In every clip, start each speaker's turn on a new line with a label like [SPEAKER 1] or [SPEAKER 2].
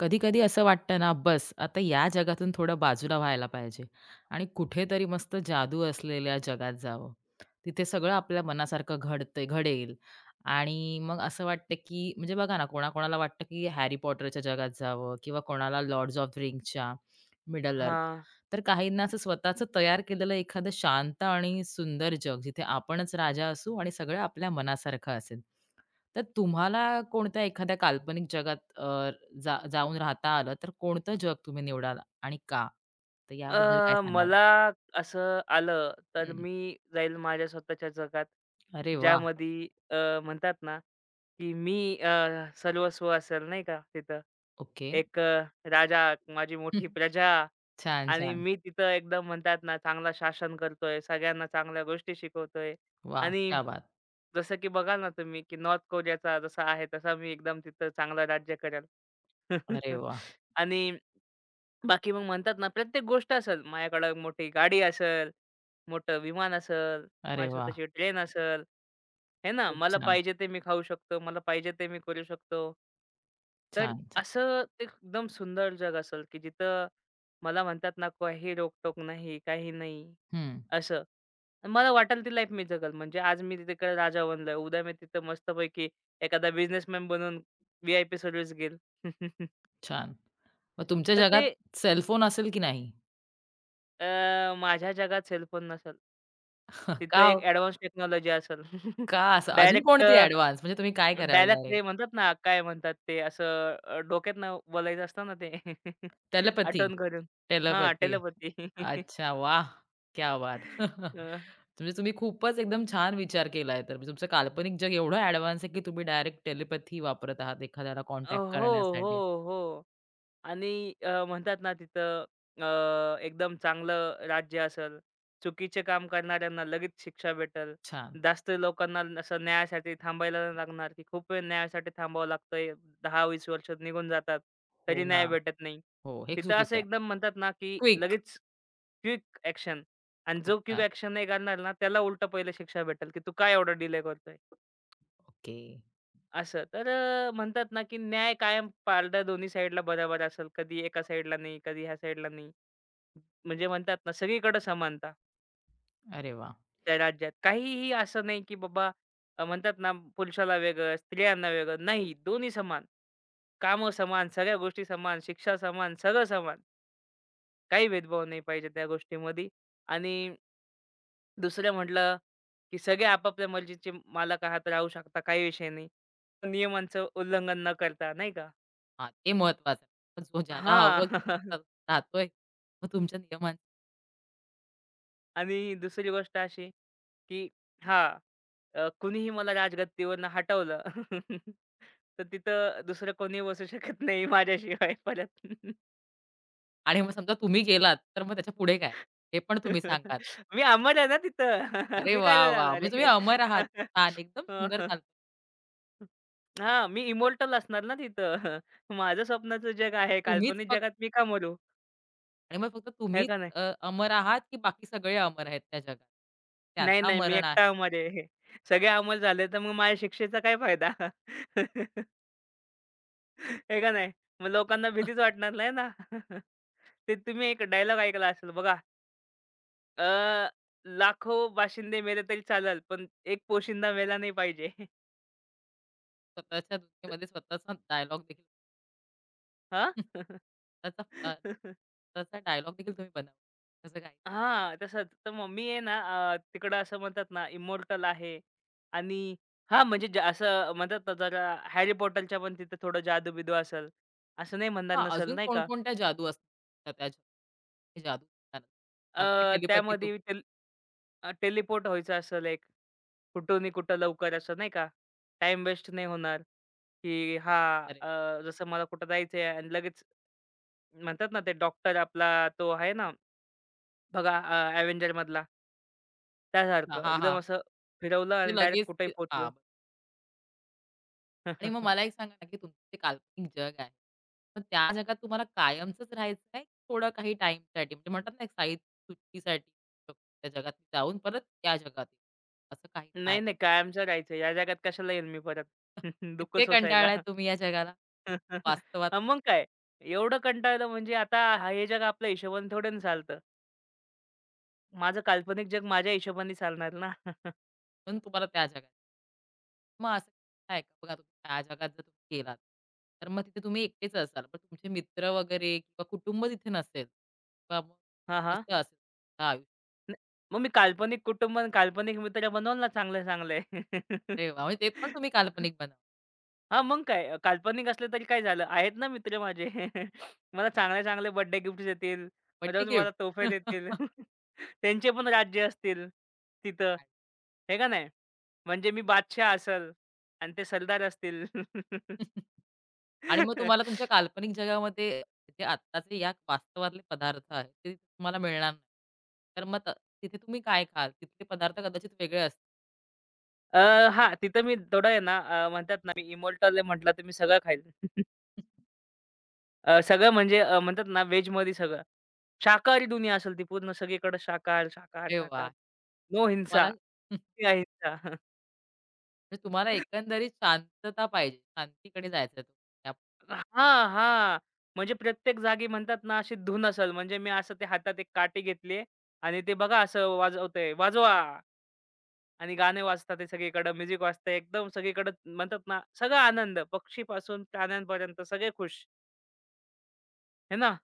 [SPEAKER 1] कधी-कधी असं वाटतं ना, बस आता या जगातून थोडं बाजूला व्हायला पाहिजे आणि कुठेतरी मस्त जादू असलेल्या जगात जावं. तिथे सगळं आपल्या मनासारखं घडते घडेल आणि मग असं वाटतं, की म्हणजे बघा ना, कोणाकोणाला वाटतं, की हॅरी पॉटरच्या जगात जावं किंवा कोणाला लॉर्ड्स ऑफ रिंग्सच्या, मिडल अर्थ.
[SPEAKER 2] हां.
[SPEAKER 1] तर काहींना असं स्वतःचं तयार केलेलं एखादं शांत आणि सुंदर जग, जिथे आपणच राजा असू आणि सगळं आपल्या मनासारखं असेल. तर तुम्हाला कोणत्या एखाद्या काल्पनिक जगात जाऊन राहता आलं, तर कोणतं जग तुम्ही निवडाल आणि का? तर याबद्दल काय सांगाल?
[SPEAKER 2] मला असं आलं, तर
[SPEAKER 1] हं.
[SPEAKER 2] मी जाईल माझ्या स्वतःच्या जगात.
[SPEAKER 1] अरे वाह!
[SPEAKER 2] ज्यामध्ये म्हणतात ना, की मी सर्वस्व असेल नाही का तिथं.
[SPEAKER 1] ओके.
[SPEAKER 2] एक राजा, माझी
[SPEAKER 1] हं.
[SPEAKER 2] मोठी प्रजा
[SPEAKER 1] छान,
[SPEAKER 2] आणि
[SPEAKER 1] छान.
[SPEAKER 2] मी तिथं एकदम म्हणतात ना, चांगला शासन करतोय, सगळ्यांना चांगल्या गोष्टी शिकवतोय
[SPEAKER 1] वाह!
[SPEAKER 2] आणि
[SPEAKER 1] क्या बात!
[SPEAKER 2] जसं की बघा ना तुम्ही, की नॉर्थ कोरियाचा जसा आहे, तसा मी एकदम तिथं चांगलं राज्य करेल.
[SPEAKER 1] अरे वाह!
[SPEAKER 2] आणि बाकी मग म्हणतात ना, प्रत्येक गोष्ट असेल. माझ्याकडं मोठी गाडी असेल, मोठं विमान असेल,
[SPEAKER 1] अरे
[SPEAKER 2] माझी
[SPEAKER 1] वाह!
[SPEAKER 2] स्वतःची ट्रेन असेल, हे ना.
[SPEAKER 1] खूप
[SPEAKER 2] मला
[SPEAKER 1] छान.
[SPEAKER 2] पाहिजे ते मी खाऊ शकतो. मला पाहिजे ते मी करू शकतो. तर
[SPEAKER 1] छान, छान.
[SPEAKER 2] असं ते एकदम सुंदर जग असेल, की जिथं मला म्हणतात ना, काही रोकटोक नाही, काही नाही
[SPEAKER 1] हं.
[SPEAKER 2] असं. मला वाटेल ती लाईफ मी जगेल. म्हणजे आज मी तिकडे राजा बनलोय. उद्या मी तिथं मस्तपैकी एखादा बिझनेसमॅन बनून VIP सर्व्हिस घेईल.
[SPEAKER 1] छान. मग तुमच्या
[SPEAKER 2] तर
[SPEAKER 1] जगात सेल फोन असेल की नाही?
[SPEAKER 2] माझ्या जगात सेलफोन नसेल. तिथं
[SPEAKER 1] का
[SPEAKER 2] एक
[SPEAKER 1] हो?
[SPEAKER 2] एडव्हान्स टेक्नॉलॉजी असेल.
[SPEAKER 1] का असं? अजून
[SPEAKER 2] डायरेक्ट
[SPEAKER 1] कोणते ॲडव्हान्स म्हणजे तुम्ही काय कराल
[SPEAKER 2] डायरेक्ट ते
[SPEAKER 1] डायरेक्ट?
[SPEAKER 2] म्हणतात ना, काय म्हणतात ते असं डोक्यातनं बोलायचं असतं ना ते
[SPEAKER 1] टेलपॅथी,
[SPEAKER 2] आठवण करून. हां,
[SPEAKER 1] टेलपॅथी.
[SPEAKER 2] टेलपॅथी.
[SPEAKER 1] अच्छा, वाह! क्या बात!
[SPEAKER 2] अ,
[SPEAKER 1] म्हणजे तुम्ही खूपच एकदम छान विचार केलाय तर. म्हणजे तुमचं काल्पनिक जग एवढं ॲडव्हान्स आहे, की तुम्ही डायरेक्ट टेलिपॅथी वापरत आहात एखाद्याला
[SPEAKER 2] हो,
[SPEAKER 1] कॉन्टॅक्ट करण्यासाठी.
[SPEAKER 2] हो, हो. आणि म्हणतात ना तिथं एकदम चांगलं राज्य असेल, चुकीचे काम करणाऱ्यांना लगेच शिक्षा भेटेल.
[SPEAKER 1] छान.
[SPEAKER 2] जास्त लोकांना असं न्यायासाठी थांबायला नाही लागणार, की खूप वेळ न्यायासाठी थांबावं लागतंय. 10 20 वर्ष निघून जातात,
[SPEAKER 1] हो
[SPEAKER 2] तरी
[SPEAKER 1] ना.
[SPEAKER 2] न्याय भेटत नाही.
[SPEAKER 1] हो, हे
[SPEAKER 2] तिथं असं
[SPEAKER 1] चुकीचं आहे.
[SPEAKER 2] एकदम म्हणतात ना, की
[SPEAKER 1] क्विक.
[SPEAKER 2] लगेच क्विक ॲक्शन आणि
[SPEAKER 1] खूप
[SPEAKER 2] जो क्विक
[SPEAKER 1] छान.
[SPEAKER 2] ॲक्शन नाही करणार ना, त्याला उलटं पहिलं शिक्षा भेटेल, की तू का एवढा डिले करतोय?
[SPEAKER 1] ओके.
[SPEAKER 2] असं. तर म्हणतात ना, की न्याय कायम पारडा दोन्ही साइडला बराबर असेल. कधी एका साइडला नाही, कधी ह्या साइडला नाही. म्हणजे म्हणतात ना, सगळीकडे समानता
[SPEAKER 1] अरे वाह!
[SPEAKER 2] त्या राज्यात. काहीही असं नाही, की बाबा म्हणतात ना, पुरुषाला वेगळं, स्त्रियांना वेगळं. नाही, दोन्ही समान. कामं समान, सगळ्या गोष्टी समान, शिक्षा समान, सगळं समान. काही भेदभाव नाही पाहिजे त्या गोष्टीमध्ये. आणि दुसरं म्हटलं, की सगळे आपापल्या मर्जीचे मालक आहात, राहू शकता. काही विषय नाही. नियमांचं उल्लंघन न करता, नाही का?
[SPEAKER 1] हां, ते महत्वाचं आहे. जो ज्याला हवं
[SPEAKER 2] हां.
[SPEAKER 1] त- राहतोय, मग तुमच्या नियमां
[SPEAKER 2] आणि दुसरी गोष्ट अशी, की हां, कुणीही मला राजगद्दीवरनं हटवलं, तर तिथं दुसरं कोणी बसू शकत नाही माझ्याशिवाय परत.
[SPEAKER 1] आणि मग समजा तुम्ही गेलात, तर मग त्याच्या पुढे काय? हे पण तुम्ही सांगाल.
[SPEAKER 2] मी अमर आहे ना तिथं.
[SPEAKER 1] अरे
[SPEAKER 2] मी
[SPEAKER 1] वाह!
[SPEAKER 2] कायला
[SPEAKER 1] वाह!
[SPEAKER 2] जाणार
[SPEAKER 1] म्हणजे तुम्ही
[SPEAKER 2] आहे.
[SPEAKER 1] अमर आहात. छान, एकदम
[SPEAKER 2] हं,
[SPEAKER 1] सुंदर
[SPEAKER 2] हं.
[SPEAKER 1] काल्पनिक.
[SPEAKER 2] हां, मी इमॉर्टल असणार ना तिथं. माझं स्वप्नाचं जग
[SPEAKER 1] मग
[SPEAKER 2] आहे.
[SPEAKER 1] तुम्हीच
[SPEAKER 2] काल्पनिक जगात मी का मरू?
[SPEAKER 1] आणि मग फक्त
[SPEAKER 2] आहे
[SPEAKER 1] तुम्हीच
[SPEAKER 2] का नाही?
[SPEAKER 1] अमर आहात, की बाकी सगळे अमर आहेत त्या जगात.
[SPEAKER 2] नाही,
[SPEAKER 1] त्यांना
[SPEAKER 2] नाही. मी
[SPEAKER 1] मरण आहे.
[SPEAKER 2] एकटा अमर आहे. सगळे अमर झाले, तर मग माझ्या शिक्षेचा काय फायदा? हे का नाही? मग लोकांना भीतीच वाटणार नाही ना. ते तुम्ही एक डायलॉग ऐकला असेल बघा. अ, लाखो बाशिंदे मेले तरी चालेल, पण एक पोशिंदा मेला नाही पाहिजे.
[SPEAKER 1] स्वतःच्या दुनियेमध्ये स्वतःचा डायलॉग देखील
[SPEAKER 2] हां. हां,
[SPEAKER 1] स्वतःचा स्वतःचा डायलॉग देखील तुम्ही बनवा. असं काही.
[SPEAKER 2] तसंच. तर मग आहे ना तिकडं असं म्हणतात ना इमोर्टल आहे आणि हां, म्हणजे असं म्हणतात ना जरा हॅरी पॉटरच्या पण तिथं थोडं जादू-बिदू असेल, असं नाही म्हणणार
[SPEAKER 1] हां,
[SPEAKER 2] नसेल
[SPEAKER 1] अजून
[SPEAKER 2] नाही का?
[SPEAKER 1] कोणकोणत्या जादू असतात त्या जगात? हे जादू. टेलिपॅथी खूप
[SPEAKER 2] त्यामध्ये टेलिपोर्ट व्हायचं असेल एक. कुठून कुठं लवकर असं नाही का? टाइम वेस्ट नाही होणार, की हा
[SPEAKER 1] सारे.
[SPEAKER 2] जसं मला कुठं जायचंय आणि लगेच म्हणतात ना, ते डॉक्टर आपला तो आहे ना, बघा Avengerमधला
[SPEAKER 1] हां,
[SPEAKER 2] त्यासारखं
[SPEAKER 1] हां,
[SPEAKER 2] एकदम
[SPEAKER 1] हां.
[SPEAKER 2] असं फिरवलं
[SPEAKER 1] ते
[SPEAKER 2] आणि डायरेक्ट कुठेही
[SPEAKER 1] लगेच हां.
[SPEAKER 2] पोहोचलो.
[SPEAKER 1] आणि मग मला एक सांगा ना, की तुमचं जे काल्पनिक जग आहे, मग त्या जगात तुम्हाला कायमचंच राहायचं आहे, थोडं काही टाईमसाठी म्हणजे म्हणतात ना, एक साईट सुट्टीसाठी त्या जगात जाऊन परत त्या जगात येऊ, असं काही आहे?
[SPEAKER 2] नाही, नाही कायमचं राहायचं. या जगात कशाला येईन मी परत दुःख
[SPEAKER 1] इतके
[SPEAKER 2] सोसायला.
[SPEAKER 1] कंटाळलाय तुम्ही या जगाला, वास्तवात
[SPEAKER 2] हां, मग काय एवढं कंटाळलं म्हणजे आता हे जग आपल्या हिशोबाने थोडं ना चालतं. माझं काल्पनिक जग माझ्या हिशोबाने चालणार ना.
[SPEAKER 1] म्हणून तुम्हाला त्या जगात. मग असं आहे का? बघा तुम्ही त्या जगात जर तुम्ही गेलात, तर मग तिथे तुम्ही एकटेच असाल, पण तुमचे मित्र वगैरे किंवा कुटुंब तिथे नसेल किंवा मग
[SPEAKER 2] हां, हां.
[SPEAKER 1] कसं असेल तुमचं आयुष्य?
[SPEAKER 2] न मग मी काल्पनिक कुटुंब आणि काल्पनिक मित्र बनवल ना चांगले-चांगले. हां,
[SPEAKER 1] अरे वाह! म्हणजे ते पण तुम्ही काल्पनिक बनवलं.
[SPEAKER 2] मग काय काल्पनिक असले तरी काय झालं. आहेत ना मित्र माझे. मला चांगले-चांगले बर्थडे गिफ्ट्स देतील.
[SPEAKER 1] बर्थडे
[SPEAKER 2] रोज
[SPEAKER 1] गिफ्ट.
[SPEAKER 2] मला तोफे देतील. त्यांचे पण राज्य असतील तिथं. हे का नाही? म्हणजे मी बादशाह असेल आणि ते सरदार असतील.
[SPEAKER 1] आणि मग तुम्हाला तुमच्या काल्पनिक जगामध्ये जे आत्ताचे या वास्तवातले पदार्थ आहेत, ते तुम्हाला मिळणार नाही. तर मग त तिथे तुम्ही काय खाल? तिथले पदार्थ कदाचित वेगळे असतील.
[SPEAKER 2] अ, हां, तिथं मी थोडं आहे ना म्हणतात ना मी इमॉर्टल आहे म्हटलं तर मी सगळं खाईल. सगळं म्हणजे म्हणतात ना व्हेजमध्ये सगळं. शाकाहारी दुनिया असेल ती पूर्ण सगळीकडे शाकाहार, शाकाहार,
[SPEAKER 1] अरे वाह!
[SPEAKER 2] शाकाहार. नो हिंसा,
[SPEAKER 1] तुम्हाला
[SPEAKER 2] ती अहिंसा.
[SPEAKER 1] म्हणजे तुम्हाला एकंदरीत शांतता पाहिजे. शांतीकडे जायचंय तुम्हाला.
[SPEAKER 2] हां, हां. म्हणजे प्रत्येक जागी म्हणतात ना अशी धून असेल म्हणजे मी असं ते हातात एक काठी घेतली आणि ते बघा असं वाजवतंय, वाजवा आणि गाणे वाजतात ते सगळीकडं, म्युझिक वाजतंय एकदम सगळीकडं म्हणतात ना सगळा आनंद पक्षीपासून प्राण्यांपर्यंत सगळे खुश, है ना?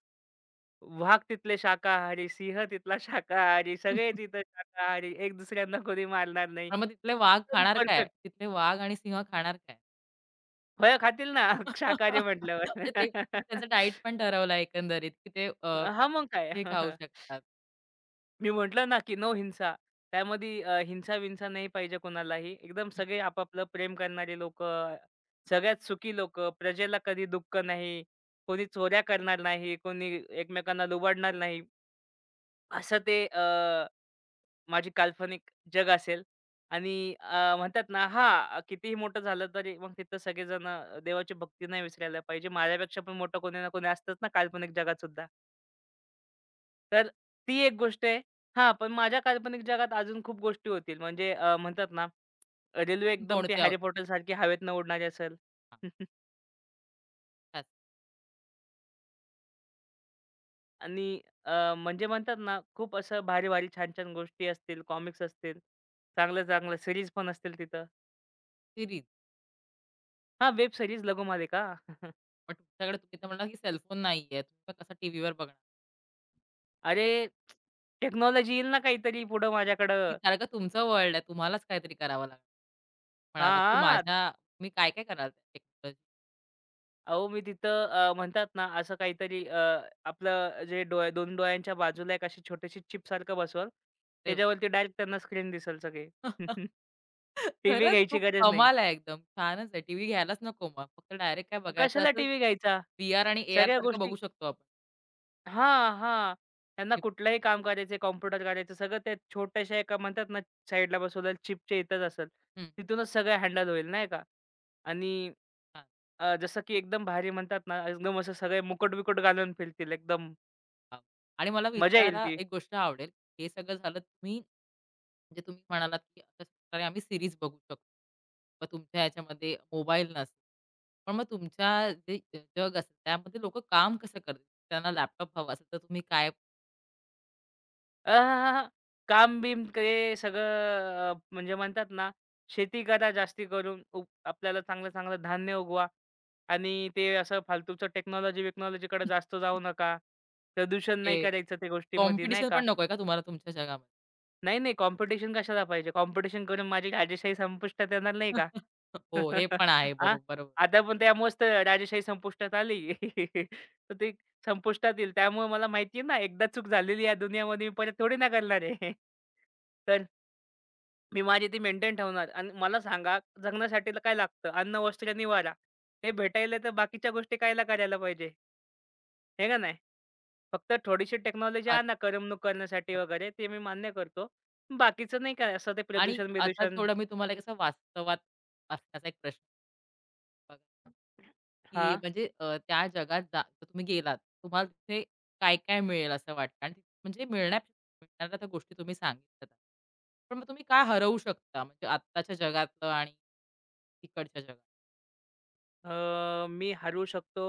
[SPEAKER 2] वाघ तिथले शाकाहारी, सिंह तिथला शाकाहारी, सगळे तिथं शाकाहारी, एक दुसऱ्यांना कोणी मारणार नाही.
[SPEAKER 1] पण मग तिथले वाघ
[SPEAKER 2] एकदम
[SPEAKER 1] खाणार काय?
[SPEAKER 2] परफेक्ट.
[SPEAKER 1] तिथले वाघ आणि सिंह खाणार काय?
[SPEAKER 2] फळं खातील ना शाकाहारी म्हटल्यावर.
[SPEAKER 1] म्हणजे ते तुम्ही त्यांचं डाएट पण ठरवलं एकंदरीत, की ते
[SPEAKER 2] हां, मग काय.
[SPEAKER 1] हे खाऊ शकतात.
[SPEAKER 2] मी म्हटलं ना, की नो हिंसा. त्यामध्ये हिंसा-विंसा नाही पाहिजे कोणालाही. एकदम
[SPEAKER 1] हं.
[SPEAKER 2] सगळे आपापलं प्रेम करणारे लोकं, सगळ्यात सुखी लोकं, प्रजेला कधी दुःख नाही, कोणी चोऱ्या करणार नाही, कोणी एकमेकांना लुबाडणार नाही. असं ते माझी काल्पनिक जग असेल आणि म्हणतात ना हां, कितीही मोठं झालं तरी मग तिथं सगळेजण देवाची भक्ती नाही विसरायला पाहिजे. माझ्यापेक्षा पण मोठं कोणी ना कोणी असतंच ना काल्पनिक जगात सुद्धा. तर ती एक गोष्ट आहे. हां, पण माझ्या काल्पनिक जगात अजून खूप गोष्टी होतील. म्हणजे म्हणतात ना रेल्वे एकदम ते
[SPEAKER 1] कोणते आहोत?
[SPEAKER 2] हॅरी पॉटरसारखी हवेतनं उडणारी असेल
[SPEAKER 1] हां.
[SPEAKER 2] आणि म्हणजे म्हणतात ना खूप असं भारी-भारी, छान-छान गोष्टी असतील, कॉमिक्स असतील, चांगल्या-चांगल्या सीरीज पण असतील तिथं.
[SPEAKER 1] सिरीज.
[SPEAKER 2] हां, वेब सीरीज, लघुमालिका.
[SPEAKER 1] मग तुमच्याकडे तुम्ही तर म्हणला की सेलफोन नाहीये. तुम्ही मग कसा टीव्हीवर बघणार?
[SPEAKER 2] अरे, टेक्नॉलॉजी येईल ना काहीतरी पुढं
[SPEAKER 1] ती
[SPEAKER 2] माझ्याकडं.
[SPEAKER 1] सारखं तुमचं वर्ल्ड आहे. तुम्हालाच काहीतरी करावं लागणार. म्हणालात की
[SPEAKER 2] हां,
[SPEAKER 1] माझ्या मी काय-काय कराल त्या टेक्नॉलॉजी.
[SPEAKER 2] अहो मी तिथं म्हणतात ना असं काहीतरी आपलं जे डोळे 2 डोळ्यांच्या बाजूला एक अशी छोटीशी चिपसारखं बसवल.
[SPEAKER 1] अरे वाह!
[SPEAKER 2] त्याच्यावरती डायरेक्ट त्यांना स्क्रीन दिसेल सगळी. टीव्ही
[SPEAKER 1] खरंच
[SPEAKER 2] घ्यायची
[SPEAKER 1] खूप
[SPEAKER 2] गरज नाही.
[SPEAKER 1] कमाल आहे एकदम. छानच आहे. टीव्ही घ्यायलाच नको मग. फक्त डायरेक्ट काय बघायचं
[SPEAKER 2] कशाला
[SPEAKER 1] असं
[SPEAKER 2] टीव्ही घ्यायचा?
[SPEAKER 1] व्हीआर आणि एआर
[SPEAKER 2] सगळ्या
[SPEAKER 1] सारखं
[SPEAKER 2] गोष्टी
[SPEAKER 1] बघू शकतो आपण.
[SPEAKER 2] हां, हां. त्यांना
[SPEAKER 1] हं,
[SPEAKER 2] कुठलंही काम करायचं, कॉम्प्युटर करायचं सगळं त्या छोट्याशा एका म्हणतात ना साईडला बसवलेल्या चिपच्या इथंच असेल. तिथूनच सगळं हँडल होईल नाही का? आणि जसं की एकदम भारी म्हणतात ना, एकदम असं सगळे मुकुट-बिकुट घालून फिरतील एकदम.
[SPEAKER 1] हां. आणि मला
[SPEAKER 2] मजा येईल
[SPEAKER 1] विचारायला
[SPEAKER 2] ती.
[SPEAKER 1] एक गोष्ट आवडेल. हे सगळं झालं तुम्ही म्हणजे तुम्ही म्हणालात, की अशाच प्रकारे आम्ही सीरीज बघू शकतो. मग तुमच्या ह्याच्यामध्ये मोबाईल नसेल. पण मग तुमच्या जे जग असेल त्यामध्ये लोकं काम कसं करतील? त्यांना लॅपटॉप हवा असेल तर तुम्ही काय
[SPEAKER 2] अ, काम-बीम ते सगळं म्हणजे म्हणतात ना, शेती करा जास्ती करून. आपल्याला चांगलं-चांगलं धान्य उगवा आणि ते असं फालतूचं टेक्नॉलॉजी-विक्नॉलॉजीकडे जास्त जाऊ नका. प्रदूषण
[SPEAKER 1] हे
[SPEAKER 2] नाही करायचं त्या गोष्टीमध्ये, नाही
[SPEAKER 1] कॉम्पिटिशन
[SPEAKER 2] का.
[SPEAKER 1] पण नकोय का तुम्हाला तुमच्या जगामध्ये?
[SPEAKER 2] नाही, नाही, कॉम्पिटिशन कशाला पाहिजे? कॉम्पिटिशन करून माझी राजेशाही संपुष्टात येणार नाही
[SPEAKER 1] हो, हे पण आहे.
[SPEAKER 2] हां,
[SPEAKER 1] बरोबर.
[SPEAKER 2] आता पण त्या मस्त राजेशाही संपुष्टात आली. तर ती संपुष्टात येईल. त्यामुळे मला माहिती आहे ना, एकदा चूक झालेली या दुनियामध्ये मी परत थोडी ना करणार आहे. तर मी माझी ती मेंटेन ठेवणार आणि मला सांगा जगण्यासाठी काय लागतं? अन्न, वस्त्र, निवारा. हे भेटायला तर बाकीच्या गोष्टी कायला करायला पाहिजे? हे का नाही? फक्त थोडीशी टेक्नॉलॉजी
[SPEAKER 1] आत-
[SPEAKER 2] आणा करमणूक करण्यासाठी वगैरे ते मी मान्य करतो. बाकीचं नाही काय असं ते
[SPEAKER 1] आणि आता
[SPEAKER 2] प्रदूषण-बिदूषण
[SPEAKER 1] थोडं मी तुम्हाला एक असं वास्तवात असण्याचा एक प्रश्न बघा. की
[SPEAKER 2] हां.
[SPEAKER 1] म्हणजे त्या जगात जर तुम्ही गेलात, तुम्हाला तिथे काय-काय मिळेल असं वाटतं आणि म्हणजे मिळणाऱ्या त्या गोष्टी तुम्ही सांगितल्यात. पण मग तुम्ही काय हरवू शकता? म्हणजे आत्ताच्या जगातलं आणि तिकडच्या जगात.
[SPEAKER 2] मी हरवू शकतो,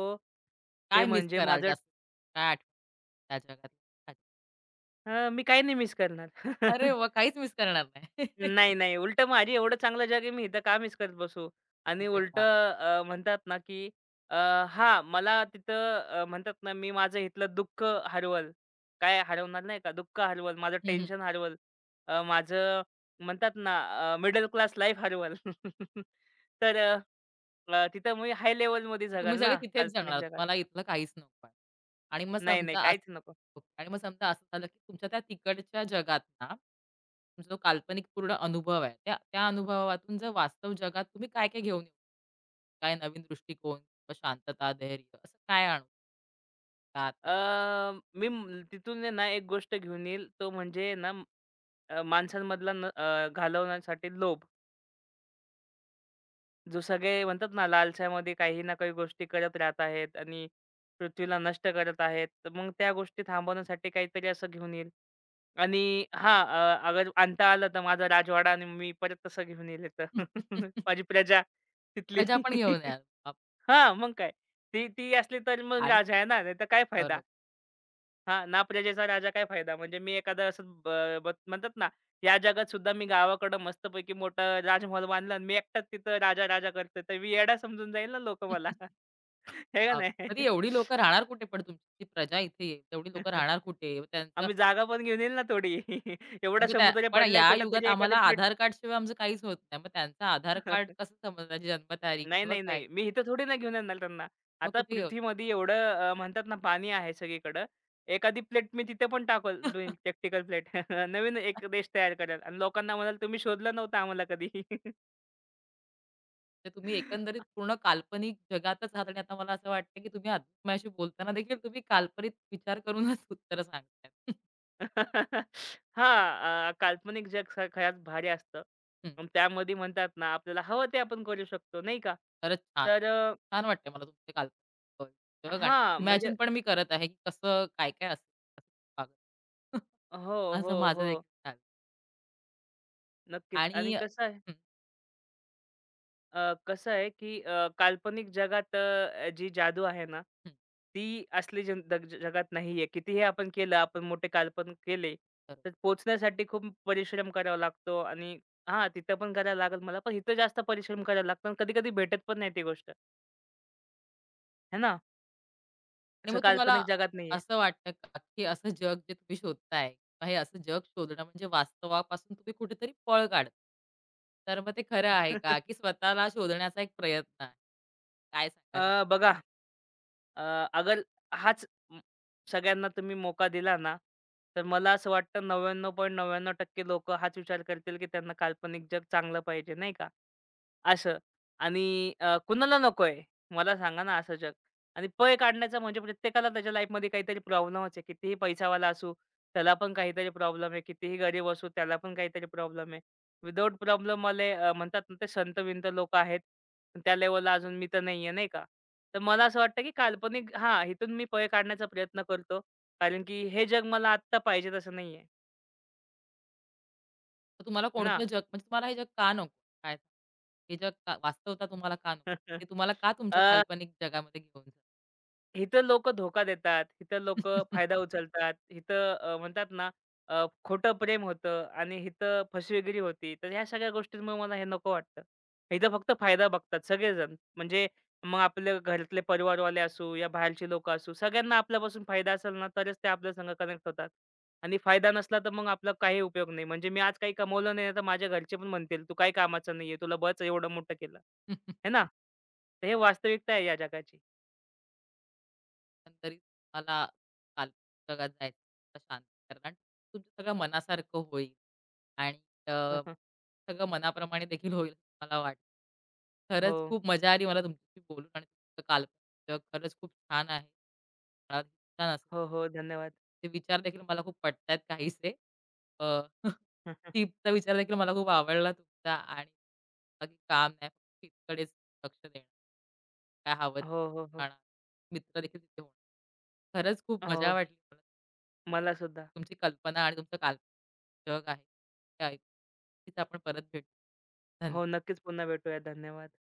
[SPEAKER 2] ते
[SPEAKER 1] काय मिस
[SPEAKER 2] म्हणजे
[SPEAKER 1] कराल
[SPEAKER 2] माझं
[SPEAKER 1] जास्त? काय आठवतं त्या जगात?
[SPEAKER 2] मी काही नाही मिस करणार.
[SPEAKER 1] अरे वाह! काहीच मिस करणार नाही.
[SPEAKER 2] नाही, नाही. उलटं माझी एवढं चांगलं जग आहे, मी इथं का मिस करत बसू? आणि
[SPEAKER 1] अरे वाह!
[SPEAKER 2] उलटं म्हणतात ना, की अ, हां, मला तिथं म्हणतात ना, मी माझं इथलं दुःख हरवल. काय हरवणार नाही का? दुःख हरवल, माझं टेन्शन हरवल, माझं म्हणतात ना, मिडल क्लास लाईफ हरवल. तर अ, अ, तिथं मी हाय लेव्हलमध्ये
[SPEAKER 1] तुम्ही
[SPEAKER 2] जगाल
[SPEAKER 1] सगळे
[SPEAKER 2] ना,
[SPEAKER 1] तिथेच
[SPEAKER 2] काल्पनिक
[SPEAKER 1] जाणार.
[SPEAKER 2] जगात.
[SPEAKER 1] तुम्हाला इथलं काहीच नको आहे. आणि मग
[SPEAKER 2] नाही, नाही,
[SPEAKER 1] समजा असं
[SPEAKER 2] काहीच नको.
[SPEAKER 1] ओके. आणि मग समजा असं झालं, की तुमच्या त्या तिकडच्या जगात ना, तुमचा जो काल्पनिक पूर्ण अनुभव आहे, त्या त्या अनुभवातून जर वास्तव जगात तुम्ही काय-काय घेऊन येऊ? काय नवीन दृष्टिकोन, मग शांतता, धैर्य असं काय आणू? आत
[SPEAKER 2] मी तिथून आहे ना एक गोष्ट घेऊन येईल तो म्हणजे ना माणसांमधला घालवण्यासाठी लोभ. जो सगळे म्हणतात ना लालसामध्ये काही ना काही गोष्टी करत राहत आहेत आणि पृथ्वीला नष्ट करत आहेत. तर मग त्या गोष्टी थांबवण्यासाठी काहीतरी असं घेऊन येईल आणि हां, अगर आणता आलं तर माझा राजवाडा आणि मी परत तसं घेऊन येईल इथं. माझी प्रजा तिथली.
[SPEAKER 1] प्रजा पण घेऊन याल. बाप
[SPEAKER 2] हां, मग काय. ती ती असली तर मग
[SPEAKER 1] आणि
[SPEAKER 2] राजा आहे ना, नाहीतर काय फायदा?
[SPEAKER 1] बरोबर.
[SPEAKER 2] हां, ना प्रजेचा राजा काय फायदा. म्हणजे मी एखादं असं ब ब म्हणतात ना, या जगात सुद्धा मी गावाकडं मस्तपैकी मोठा राजमहल बांधला आणि मी एकटाच तिथं राजा-राजा करतोय, तर मी येडा समजून जाईल ना लोकं मला. आहे का
[SPEAKER 1] बाप
[SPEAKER 2] नाही?
[SPEAKER 1] कधी एवढी लोकं राहणार कुठे पण तुमची ती प्रजा इथे येईल. तेवढी लोकं राहणार कुठे? मग त्यांचं
[SPEAKER 2] आम्ही जागा पण घेऊन येईल ना थोडी. एवढा
[SPEAKER 1] मग त्या
[SPEAKER 2] समुद्र
[SPEAKER 1] पण
[SPEAKER 2] पडलाय
[SPEAKER 1] या युगात
[SPEAKER 2] कुठेतरी एखादी
[SPEAKER 1] आम्हाला
[SPEAKER 2] प्लेट.
[SPEAKER 1] आधार कार्डशिवाय आमचं काहीच होत नाही. मग त्यांचं आधार कार्ड कसं समजणार जन्मतारीख
[SPEAKER 2] नाही,
[SPEAKER 1] किंवा
[SPEAKER 2] नाही,
[SPEAKER 1] काय?
[SPEAKER 2] नाही. मी इथं थोडी ना घेऊन येणार त्यांना.
[SPEAKER 1] मग
[SPEAKER 2] आता
[SPEAKER 1] कुठे येणार?
[SPEAKER 2] पृथ्वीमध्ये एवढं म्हणतात ना पाणी आहे सगळीकडं. एखादी प्लेट मी तिथे पण टाकल धुईल टेक्टिकल प्लेट. नवीन एक देश तयार करेल आणि लोकांना म्हणाल, "तुम्ही शोधलं नव्हतं आम्हाला कधी."
[SPEAKER 1] तर तुम्ही एकंदरीत पूर्ण काल्पनिक जगातच आहात आणि आता मला असं वाटतं, की तुम्ही माझ्याशी बोलताना देखील तुम्ही काल्पनिक विचार करूनच उत्तरं सांगताय.
[SPEAKER 2] हां, काल्पनिक जग खरंच भारी असतं.
[SPEAKER 1] हं,
[SPEAKER 2] अन् त्यामध्ये म्हणतात ना, आपल्याला हवं ते आपण करू शकतो, नाही का?
[SPEAKER 1] खरंच छान.
[SPEAKER 2] तर
[SPEAKER 1] छान वाटतंय मला तुमचे काल्पनिक जग आणि
[SPEAKER 2] हां, म्हणजे
[SPEAKER 1] इमॅजिन पण मी करत आहे, की कसं काय-काय असेल. असं
[SPEAKER 2] हो,
[SPEAKER 1] माझं
[SPEAKER 2] हो,
[SPEAKER 1] माझं
[SPEAKER 2] हो.
[SPEAKER 1] देखील चालेल
[SPEAKER 2] नक्कीच
[SPEAKER 1] आणि
[SPEAKER 2] आणि कसं
[SPEAKER 1] हं,
[SPEAKER 2] अ, कसं आहे, की काल्पनिक जगात जी जादू आहे ना,
[SPEAKER 1] हं.
[SPEAKER 2] ती असली जन दग जगात नाहीये. कितीही आपण केलं, आपण मोठे काल्पनिक केले,
[SPEAKER 1] बरोबर.
[SPEAKER 2] तर पोहोचण्यासाठी खूप परिश्रम करावा लागतो आणि हां, तिथं पण करायला लागेल मला, पण इथं जास्त परिश्रम करायला लागतो कधी-कधी भेटत पण नाही ती गोष्ट, आहे ना?
[SPEAKER 1] आणि
[SPEAKER 2] असं
[SPEAKER 1] मग तुम्हाला
[SPEAKER 2] काल्पनिक जगात नाहीये.
[SPEAKER 1] असं वाटतं का, की असं जग जे तुम्ही शोधताय, हे असं जग शोधणं म्हणजे वास्तवापासून तुम्ही कुठेतरी पळ काढता. तर मग ते खरं आहे का, की स्वतःला शोधण्याचा एक प्रयत्न आहे? काय सांगाल यात?
[SPEAKER 2] बघा अगर हाच म सगळ्यांना तुम्ही मोका दिला ना, तर मला असं वाटतं 99.99% लोकं हाच विचार करतील, की त्यांना काल्पनिक जग चांगलं पाहिजे, नाही का? असं आणि कुणाला नकोय? मला सांगा ना असं जग. आणि पळ काढण्याचा म्हणजे प्रत्येकाला त्याच्या लाईफमध्ये काहीतरी प्रॉब्लेमच आहे. कितीही पैसावाला असू, त्याला पण काहीतरी प्रॉब्लेम आहे. कितीही गरीब असू, त्याला पण काहीतरी प्रॉब्लेम आहे. विदाऊट प्रॉब्लेमवाले म्हणतात ना ते संत-विंत लोकं आहेत. पण त्या लेव्हलला अजून मी तर नाही आहे, नाही का? तर मला असं वाटतं की काल्पनिक हां, इथून मी पळ काढण्याचा प्रयत्न करतो. कारण की हे जग मला आत्ता पाहिजे तसं नाही आहे.
[SPEAKER 1] तर तुम्हाला
[SPEAKER 2] है ना?
[SPEAKER 1] कोणतं जग म्हणजे तुम्हाला हे जग का नको? काय सांगाल? हे जग का वास्तवता तुम्हाला का नको? ते तुम्हाला का तुमच्या
[SPEAKER 2] अ
[SPEAKER 1] काल्पनिक जगामध्ये घेऊन जातं?
[SPEAKER 2] इथं लोकं धोका देतात, इथं लोकं फायदा उचलतात, इथं म्हणतात ना खोटं प्रेम होतं आणि इथं फसवेगिरी होती. तर ह्या सगळ्या गोष्टींमुळे मला हे नको वाटतं. इथं फक्त फायदा बघतात सगळेजण. म्हणजे मग आपल्या घरातले परिवारवाले असू या बाहेरची लोकं असू, सगळ्यांना आपल्यापासून फायदा असेल ना तरच ते आपल्या संग कनेक्ट होतात. आणि फायदा नसला तर मग आपला काही उपयोग नाही. म्हणजे मी आज काही कमवलं नाही तर माझ्या घरचे पण म्हणतील, "तू काही कामाचा नाहीये. तुला बळच एवढं मोठं केलं." है ना? तर हे वास्तविकता आहे या जगाची.
[SPEAKER 1] एकंदरीत मला काल्पनिक जगात जायचं, शांत कारण तुमच्या सगळं मनासारखं होईल. आणि अ, सगळं मनाप्रमाणे देखील होईल असं मला वाटतं.
[SPEAKER 2] हो.
[SPEAKER 1] खरंच खूप मजा आली मला तुमच्याशी बोलून आणि तुमचं काल्पनिक जग खरंच खूप छान आहे. मला छान असेल.
[SPEAKER 2] हो, हो. धन्यवाद.
[SPEAKER 1] ते विचार देखील मला खूप पटतायत काहीसे. अ, टिपचा विचार देखील मला खूप आवडला तुमचा आणि बाकी काम नाही फक्त टिपकडेच लक्ष देणं. काय हवं ते
[SPEAKER 2] हो, हो, हो.
[SPEAKER 1] खाणार. मित्र देखील तिथे होणार. खरंच खूप मजा
[SPEAKER 2] हो.
[SPEAKER 1] वाटली मला.
[SPEAKER 2] मला सुद्धा.
[SPEAKER 1] तुमची कल्पना आणि तुमचं काल्पनिक जग आहे. ते ऐक नक्कीच आपण परत भेटू.
[SPEAKER 2] हो,
[SPEAKER 1] धन्यवाद.
[SPEAKER 2] नक्कीच पुन्हा भेटूया. धन्यवाद.